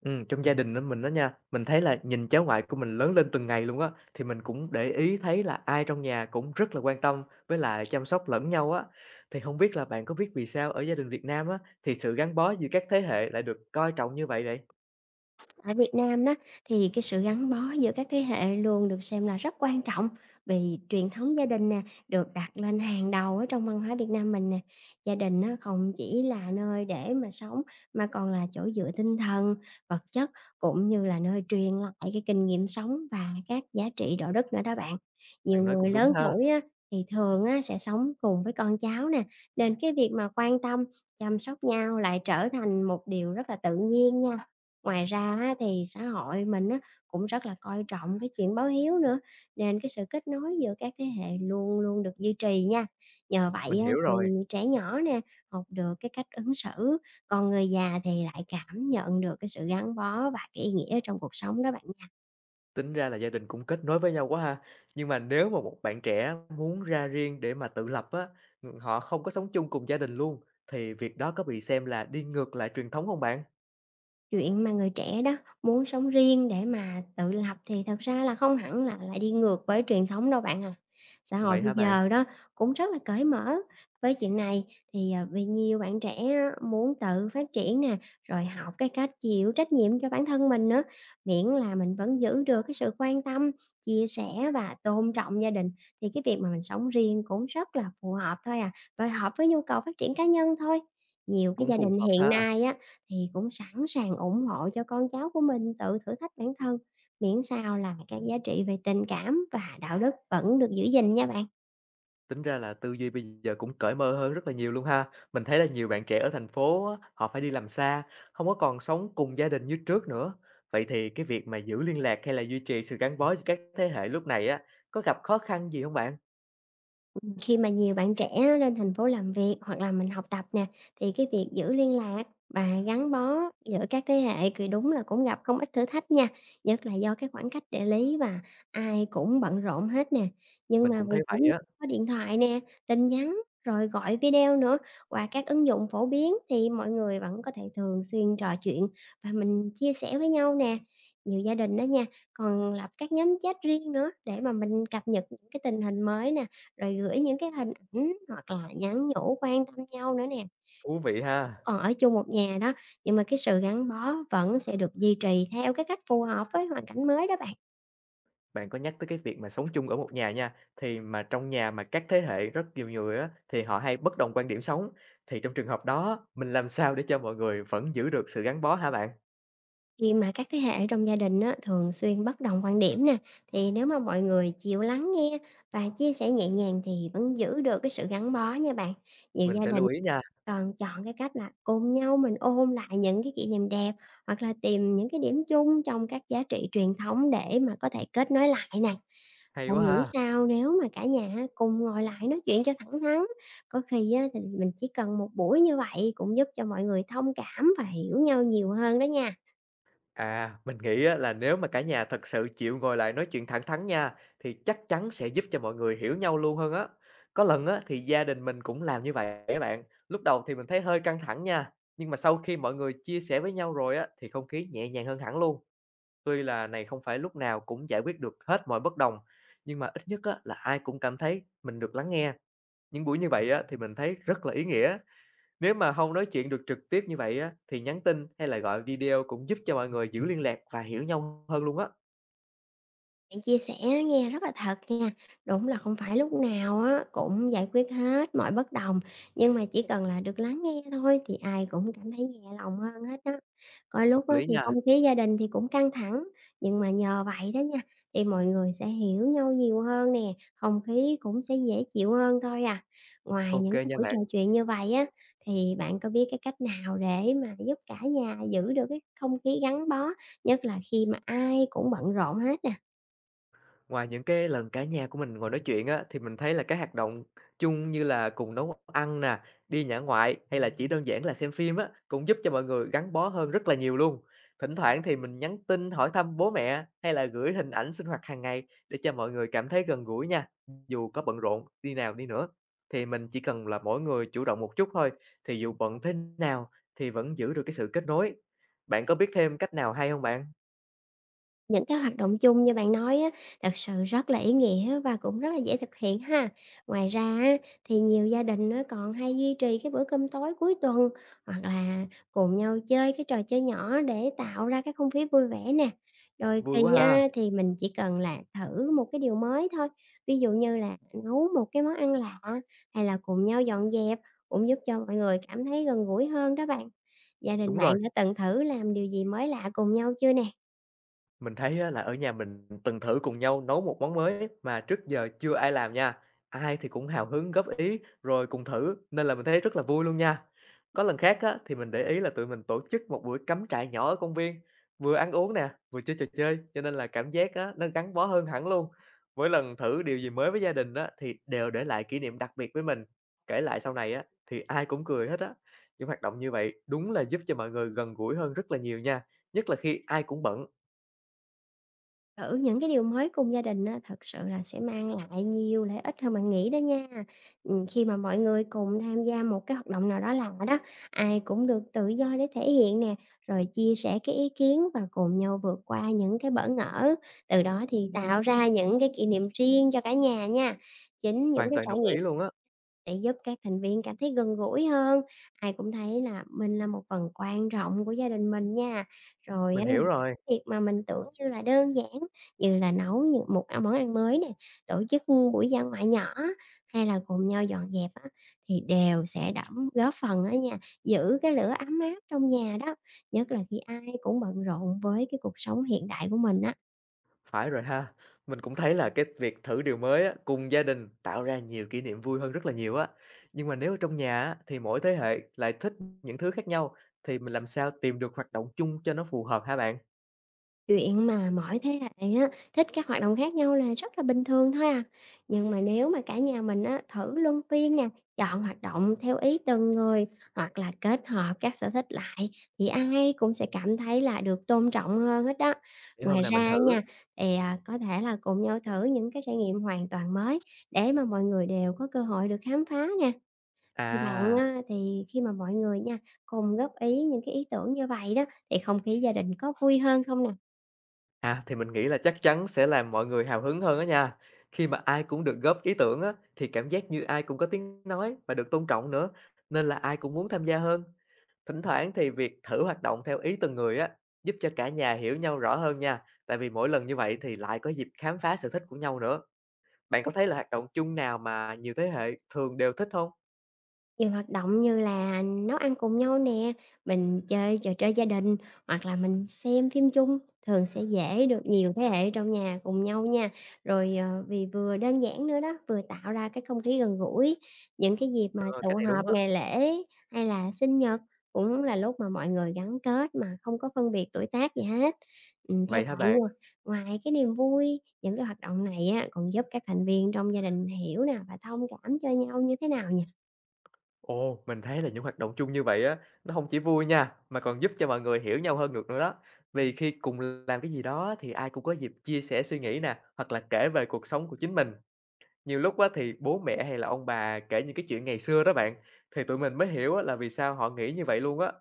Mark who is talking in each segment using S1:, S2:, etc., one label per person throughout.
S1: Trong gia đình á mình á nha, mình thấy là nhìn cháu ngoại của mình lớn lên từng ngày luôn á, thì mình cũng để ý thấy là ai trong nhà cũng rất là quan tâm với lại chăm sóc lẫn nhau á. Thì không biết là bạn có biết vì sao ở gia đình Việt Nam á, thì sự gắn bó giữa các thế hệ lại được coi trọng như vậy vậy?
S2: Ở Việt Nam đó thì cái sự gắn bó giữa các thế hệ luôn được xem là rất quan trọng, vì truyền thống gia đình nè được đặt lên hàng đầu ở trong văn hóa Việt Nam mình nè. Gia đình nó không chỉ là nơi để mà sống, mà còn là chỗ dựa tinh thần, vật chất, cũng như là nơi truyền lại cái kinh nghiệm sống và các giá trị đạo đức nữa đó bạn. Nhiều
S1: Bạn nói
S2: người
S1: cũng đúng
S2: lớn
S1: ha,
S2: tuổi á thì thường á sẽ sống cùng với con cháu nè, nên cái việc mà quan tâm, chăm sóc nhau lại trở thành một điều rất là tự nhiên nha. Ngoài ra á, thì xã hội mình á, cũng rất là coi trọng cái chuyện báo hiếu nữa, nên cái sự kết nối giữa các thế hệ luôn luôn được duy trì nha. Nhờ vậy
S1: mình
S2: á,
S1: hiểu
S2: thì
S1: rồi,
S2: trẻ nhỏ nè, học được cái cách ứng xử, còn người già thì lại cảm nhận được cái sự gắn bó và cái ý nghĩa trong cuộc sống đó bạn nha.
S1: tính ra là gia đình cũng kết nối với nhau quá ha. Nhưng mà nếu mà một bạn trẻ muốn ra riêng để mà tự lập á, họ không có sống chung cùng gia đình luôn, thì việc đó có bị xem là đi ngược lại truyền thống không bạn?
S2: Chuyện mà người trẻ đó muốn sống riêng để mà tự lập thì thật ra là không hẳn là lại đi ngược với truyền thống đâu bạn à. Xã hội
S1: Vậy
S2: bây
S1: hả bạn?
S2: giờ đó cũng rất là cởi mở với chuyện này thì, vì nhiều bạn trẻ á muốn tự phát triển nè, rồi học cái cách chịu trách nhiệm cho bản thân mình nữa, miễn là mình vẫn giữ được cái sự quan tâm, chia sẻ và tôn trọng gia đình, thì cái việc mà mình sống riêng cũng rất là phù hợp thôi à, và hợp với nhu cầu phát triển cá nhân thôi. Nhiều cái
S1: Cũng
S2: gia
S1: phù
S2: đình
S1: hợp
S2: hiện
S1: ha.
S2: nay á thì cũng sẵn sàng ủng hộ cho con cháu của mình tự thử thách bản thân, miễn sao là các giá trị về tình cảm và đạo đức vẫn được giữ gìn nha bạn.
S1: Tính ra là tư duy bây giờ cũng cởi mở hơn rất là nhiều luôn ha. Mình thấy là nhiều bạn trẻ ở thành phố á, họ phải đi làm xa, không có còn sống cùng gia đình như trước nữa. Vậy thì cái việc mà giữ liên lạc hay là duy trì sự gắn bó giữa các thế hệ lúc này á, có gặp khó khăn gì không bạn?
S2: Khi mà nhiều bạn trẻ lên thành phố làm việc hoặc là mình học tập nè, thì cái việc giữ liên lạc và gắn bó giữa các thế hệ thì đúng là cũng gặp không ít thử thách nha, nhất là do cái khoảng cách địa lý và ai cũng bận rộn hết nè. Nhưng
S1: Mình
S2: mà
S1: cũng
S2: mình
S1: thấy vậy
S2: cũng
S1: á,
S2: có điện thoại nè, tin nhắn, rồi gọi video nữa, và các ứng dụng phổ biến, thì mọi người vẫn có thể thường xuyên trò chuyện và mình chia sẻ với nhau nè. Nhiều gia đình đó nha, còn lập các nhóm chat riêng nữa để mà mình cập nhật những cái tình hình mới nè, rồi gửi những cái hình ảnh hoặc là nhắn nhủ quan tâm nhau nữa nè.
S1: thú vị ha.
S2: Còn ở chung một nhà đó, nhưng mà cái sự gắn bó vẫn sẽ được duy trì theo cái cách phù hợp với hoàn cảnh mới đó bạn.
S1: Bạn có nhắc tới cái việc mà sống chung ở một nhà nha, thì mà trong nhà mà các thế hệ rất nhiều người á, thì họ hay bất đồng quan điểm sống, thì trong trường hợp đó mình làm sao để cho mọi người vẫn giữ được sự gắn bó hả bạn?
S2: Khi mà các thế hệ trong gia đình á, thường xuyên bất đồng quan điểm nè, thì nếu mà mọi người chịu lắng nghe và chia sẻ nhẹ nhàng thì vẫn giữ được cái sự gắn bó nha bạn. Nhiều
S1: Mình
S2: gia
S1: sẽ
S2: đình
S1: lưu ý nha,
S2: còn chọn cái cách là cùng nhau mình ôn lại những cái kỷ niệm đẹp, hoặc là tìm những cái điểm chung trong các giá trị truyền thống để mà có thể kết nối lại nè.
S1: hay
S2: Bạn
S1: quá
S2: nghĩ
S1: ha.
S2: sao nếu mà cả nhà ha, cùng ngồi lại nói chuyện cho thẳng thắn? Có khi á, thì mình chỉ cần một buổi như vậy cũng giúp cho mọi người thông cảm và hiểu nhau nhiều hơn đó nha.
S1: À, mình nghĩ á là nếu mà cả nhà thật sự chịu ngồi lại nói chuyện thẳng thắn nha, thì chắc chắn sẽ giúp cho mọi người hiểu nhau luôn hơn á. Có lần á thì gia đình mình cũng làm như vậy các bạn. Lúc đầu thì mình thấy hơi căng thẳng nha, nhưng mà sau khi mọi người chia sẻ với nhau rồi á thì không khí nhẹ nhàng hơn hẳn luôn. Tuy là này không phải lúc nào cũng giải quyết được hết mọi bất đồng, nhưng mà ít nhất á là ai cũng cảm thấy mình được lắng nghe. Những buổi như vậy á thì mình thấy rất là ý nghĩa. Nếu mà không nói chuyện được trực tiếp như vậy á, thì nhắn tin hay là gọi video cũng giúp cho mọi người giữ liên lạc và hiểu nhau hơn luôn á.
S2: Bạn chia sẻ nghe rất là thật nha, đúng là không phải lúc nào á cũng giải quyết hết mọi bất đồng, nhưng mà chỉ cần là được lắng nghe thôi thì ai cũng cảm thấy nhẹ lòng hơn hết đó. Có lúc
S1: Hợp
S2: á
S1: lý
S2: thì không
S1: nha.
S2: khí gia đình thì cũng căng thẳng, nhưng mà nhờ vậy đó nha, thì mọi người sẽ hiểu nhau nhiều hơn nè, không khí cũng sẽ dễ chịu hơn thôi à. Ngoài
S1: Ok
S2: những
S1: kê
S2: cái
S1: nha
S2: buổi trò
S1: bạn.
S2: chuyện như vậy á, thì bạn có biết cái cách nào để mà giúp cả nhà giữ được cái không khí gắn bó, nhất là khi mà ai cũng bận rộn hết nè?
S1: Ngoài những cái lần cả nhà của mình ngồi nói chuyện á, thì mình thấy là các hoạt động chung như là cùng nấu ăn nè, đi dã ngoại hay là chỉ đơn giản là xem phim á, cũng giúp cho mọi người gắn bó hơn rất là nhiều luôn. Thỉnh thoảng thì mình nhắn tin hỏi thăm bố mẹ hay là gửi hình ảnh sinh hoạt hàng ngày để cho mọi người cảm thấy gần gũi nha. Dù có bận rộn đi nào đi nữa, thì mình chỉ cần là mỗi người chủ động một chút thôi, thì dù bận thế nào thì vẫn giữ được cái sự kết nối. Bạn có biết thêm cách nào hay không bạn?
S2: Những cái hoạt động chung như bạn nói á, thật sự rất là ý nghĩa và cũng rất là dễ thực hiện ha. Ngoài ra á, thì nhiều gia đình nó còn hay duy trì cái bữa cơm tối cuối tuần, hoặc là cùng nhau chơi cái trò chơi nhỏ để tạo ra cái không khí vui vẻ nè. Đôi
S1: Vui quá
S2: khi
S1: ha.
S2: á, thì mình chỉ cần là thử một cái điều mới thôi, ví dụ như là nấu một cái món ăn lạ, hay là cùng nhau dọn dẹp, cũng giúp cho mọi người cảm thấy gần gũi hơn đó bạn. Gia đình
S1: Đúng
S2: bạn
S1: rồi.
S2: đã từng thử làm điều gì mới lạ cùng nhau chưa nè?
S1: Mình thấy á, là ở nhà mình từng thử cùng nhau nấu một món mới mà trước giờ chưa ai làm nha. Ai thì cũng hào hứng góp ý rồi cùng thử nên là mình thấy rất là vui luôn nha. Có lần khác á, thì mình để ý là tụi mình tổ chức một buổi cắm trại nhỏ ở công viên, vừa ăn uống nè, vừa chơi trò chơi cho nên là cảm giác á, nó gắn bó hơn hẳn luôn. Mỗi lần thử điều gì mới với gia đình á, thì đều để lại kỷ niệm đặc biệt với mình. Kể lại sau này á, thì ai cũng cười hết á. Những hoạt động như vậy đúng là giúp cho mọi người gần gũi hơn rất là nhiều nha. Nhất là khi ai cũng bận.
S2: Thử những cái điều mới cùng gia đình á, thật sự là sẽ mang lại nhiều lợi ích hơn bạn nghĩ đó nha. Khi mà mọi người cùng tham gia một cái hoạt động nào đó lạ đó, ai cũng được tự do để thể hiện nè, rồi chia sẻ cái ý kiến và cùng nhau vượt qua những cái bỡ ngỡ, từ đó thì tạo ra những cái kỷ niệm riêng cho cả nhà nha. Chính những
S1: Hoàn
S2: cái
S1: toàn
S2: trải
S1: đồng
S2: nghiệm
S1: ý luôn á,
S2: sẽ giúp các thành viên cảm thấy gần gũi hơn, ai cũng thấy là mình là một phần quan trọng của gia đình mình nha. Rồi á,
S1: mình hiểu
S2: những
S1: rồi,
S2: việc mà mình tưởng như là đơn giản, như là nấu những một cái món ăn mới nè, tổ chức buổi dã ngoại nhỏ, hay là cùng nhau dọn dẹp á, thì đều sẽ đẫm góp phần á nha, giữ cái lửa ấm áp trong nhà đó, nhất là khi ai cũng bận rộn với cái cuộc sống hiện đại của mình á.
S1: phải rồi ha. Mình cũng thấy là cái việc thử điều mới á, cùng gia đình tạo ra nhiều kỷ niệm vui hơn rất là nhiều á. Nhưng mà nếu ở trong nhà á, thì mỗi thế hệ lại thích những thứ khác nhau, thì mình làm sao tìm được hoạt động chung cho nó phù hợp hả bạn?
S2: Chuyện mà mỗi thế hệ á, thích các hoạt động khác nhau là rất là bình thường thôi à. Nhưng mà nếu mà cả nhà mình á, thử luân phiên nè, chọn hoạt động theo ý từng người hoặc là kết hợp các sở thích lại, thì ai cũng sẽ cảm thấy là được tôn trọng hơn hết đó.
S1: Để hôm
S2: Ngoài
S1: nào mình
S2: ra
S1: thử.
S2: nha, thì à, có thể là cùng nhau thử những cái trải nghiệm hoàn toàn mới để mà mọi người đều có cơ hội được khám phá nè. Thì bạn
S1: À,
S2: á, thì khi mà mọi người nha cùng góp ý những cái ý tưởng như vậy đó thì không khí gia đình có vui hơn không nè?
S1: à, thì mình nghĩ là chắc chắn sẽ làm mọi người hào hứng hơn đó nha. Khi mà ai cũng được góp ý tưởng á, thì cảm giác như ai cũng có tiếng nói và được tôn trọng nữa, nên là ai cũng muốn tham gia hơn. Thỉnh thoảng thì việc thử hoạt động theo ý từng người á, giúp cho cả nhà hiểu nhau rõ hơn nha. Tại vì mỗi lần như vậy thì lại có dịp khám phá sở thích của nhau nữa. Bạn có thấy là hoạt động chung nào mà nhiều thế hệ thường đều thích không?
S2: Nhiều hoạt động như là nấu ăn cùng nhau nè, mình chơi trò chơi gia đình hoặc là mình xem phim chung, thường sẽ dễ được nhiều thế hệ trong nhà cùng nhau nha. Rồi, vì vừa đơn giản nữa đó, vừa tạo ra cái không khí gần gũi. Những cái dịp mà
S1: Ờ,
S2: tụ
S1: cái này đúng
S2: họp
S1: á.
S2: ngày lễ hay là sinh nhật cũng là lúc mà mọi người gắn kết mà không có phân biệt tuổi tác gì hết. Theo
S1: Vậy hả
S2: bạn
S1: bạn?
S2: nha, ngoài cái niềm vui, những cái hoạt động này á, còn giúp các thành viên trong gia đình hiểu nè và thông cảm cho nhau như thế nào nhỉ?
S1: Ồ, mình thấy là những hoạt động chung như vậy á, nó không chỉ vui nha, mà còn giúp cho mọi người hiểu nhau hơn được nữa đó. Vì khi cùng làm cái gì đó thì ai cũng có dịp chia sẻ suy nghĩ nè, hoặc là kể về cuộc sống của chính mình. Nhiều lúc á thì bố mẹ hay là ông bà kể những cái chuyện ngày xưa đó bạn, thì tụi mình mới hiểu á là vì sao họ nghĩ như vậy luôn á.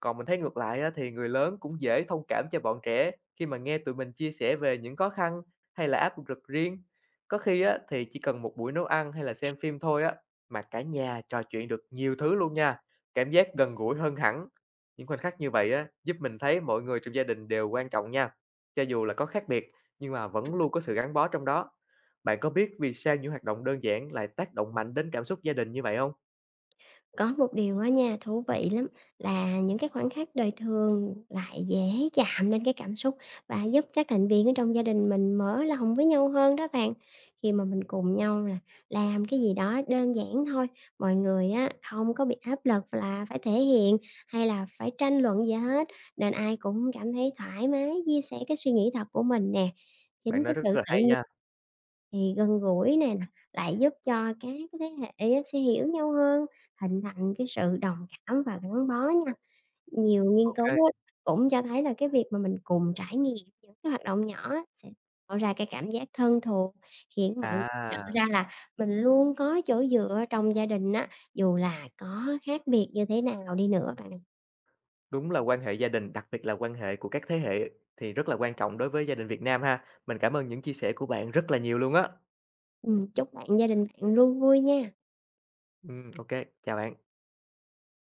S1: Còn mình thấy ngược lại á, thì người lớn cũng dễ thông cảm cho bọn trẻ khi mà nghe tụi mình chia sẻ về những khó khăn hay là áp lực riêng. Có khi á, thì chỉ cần một buổi nấu ăn hay là xem phim thôi á, mà cả nhà trò chuyện được nhiều thứ luôn nha. Cảm giác gần gũi hơn hẳn. Những khoảnh khắc như vậy á, giúp mình thấy mọi người trong gia đình đều quan trọng nha. Cho dù là có khác biệt, nhưng mà vẫn luôn có sự gắn bó trong đó. Bạn có biết vì sao những hoạt động đơn giản lại tác động mạnh đến cảm xúc gia đình như vậy không?
S2: Có một điều á nha, thú vị lắm, là những cái khoảnh khắc đời thường lại dễ chạm đến cái cảm xúc và giúp các thành viên ở trong gia đình mình mở lòng với nhau hơn đó bạn. Khi mà mình cùng nhau là làm cái gì đó đơn giản thôi, mọi người á không có bị áp lực là phải thể hiện hay là phải tranh luận gì hết, nên ai cũng cảm thấy thoải mái chia sẻ cái suy nghĩ thật của mình nè.
S1: Bạn
S2: Chính
S1: nói
S2: cái
S1: rất
S2: sự
S1: là
S2: tự
S1: hay nha.
S2: thì gần gũi nè, lại giúp cho các cái thế hệ á sẽ hiểu nhau hơn, hình thành cái sự đồng cảm và gắn bó nha. Nhiều nghiên
S1: Ok.
S2: cứu á cũng cho thấy là cái việc mà mình cùng trải nghiệm những cái hoạt động nhỏ á sẽ tạo ra cái cảm giác thân thuộc, khiến mọi người nhận
S1: À.
S2: ra là mình luôn có chỗ dựa trong gia đình á, dù là có khác biệt như thế nào đi nữa bạn.
S1: Đúng là quan hệ gia đình, đặc biệt là quan hệ của các thế hệ thì rất là quan trọng đối với gia đình Việt Nam ha. Mình cảm ơn những chia sẻ của bạn rất là nhiều luôn á.
S2: Chúc bạn gia đình bạn luôn vui nha.
S1: Ô, chào bạn.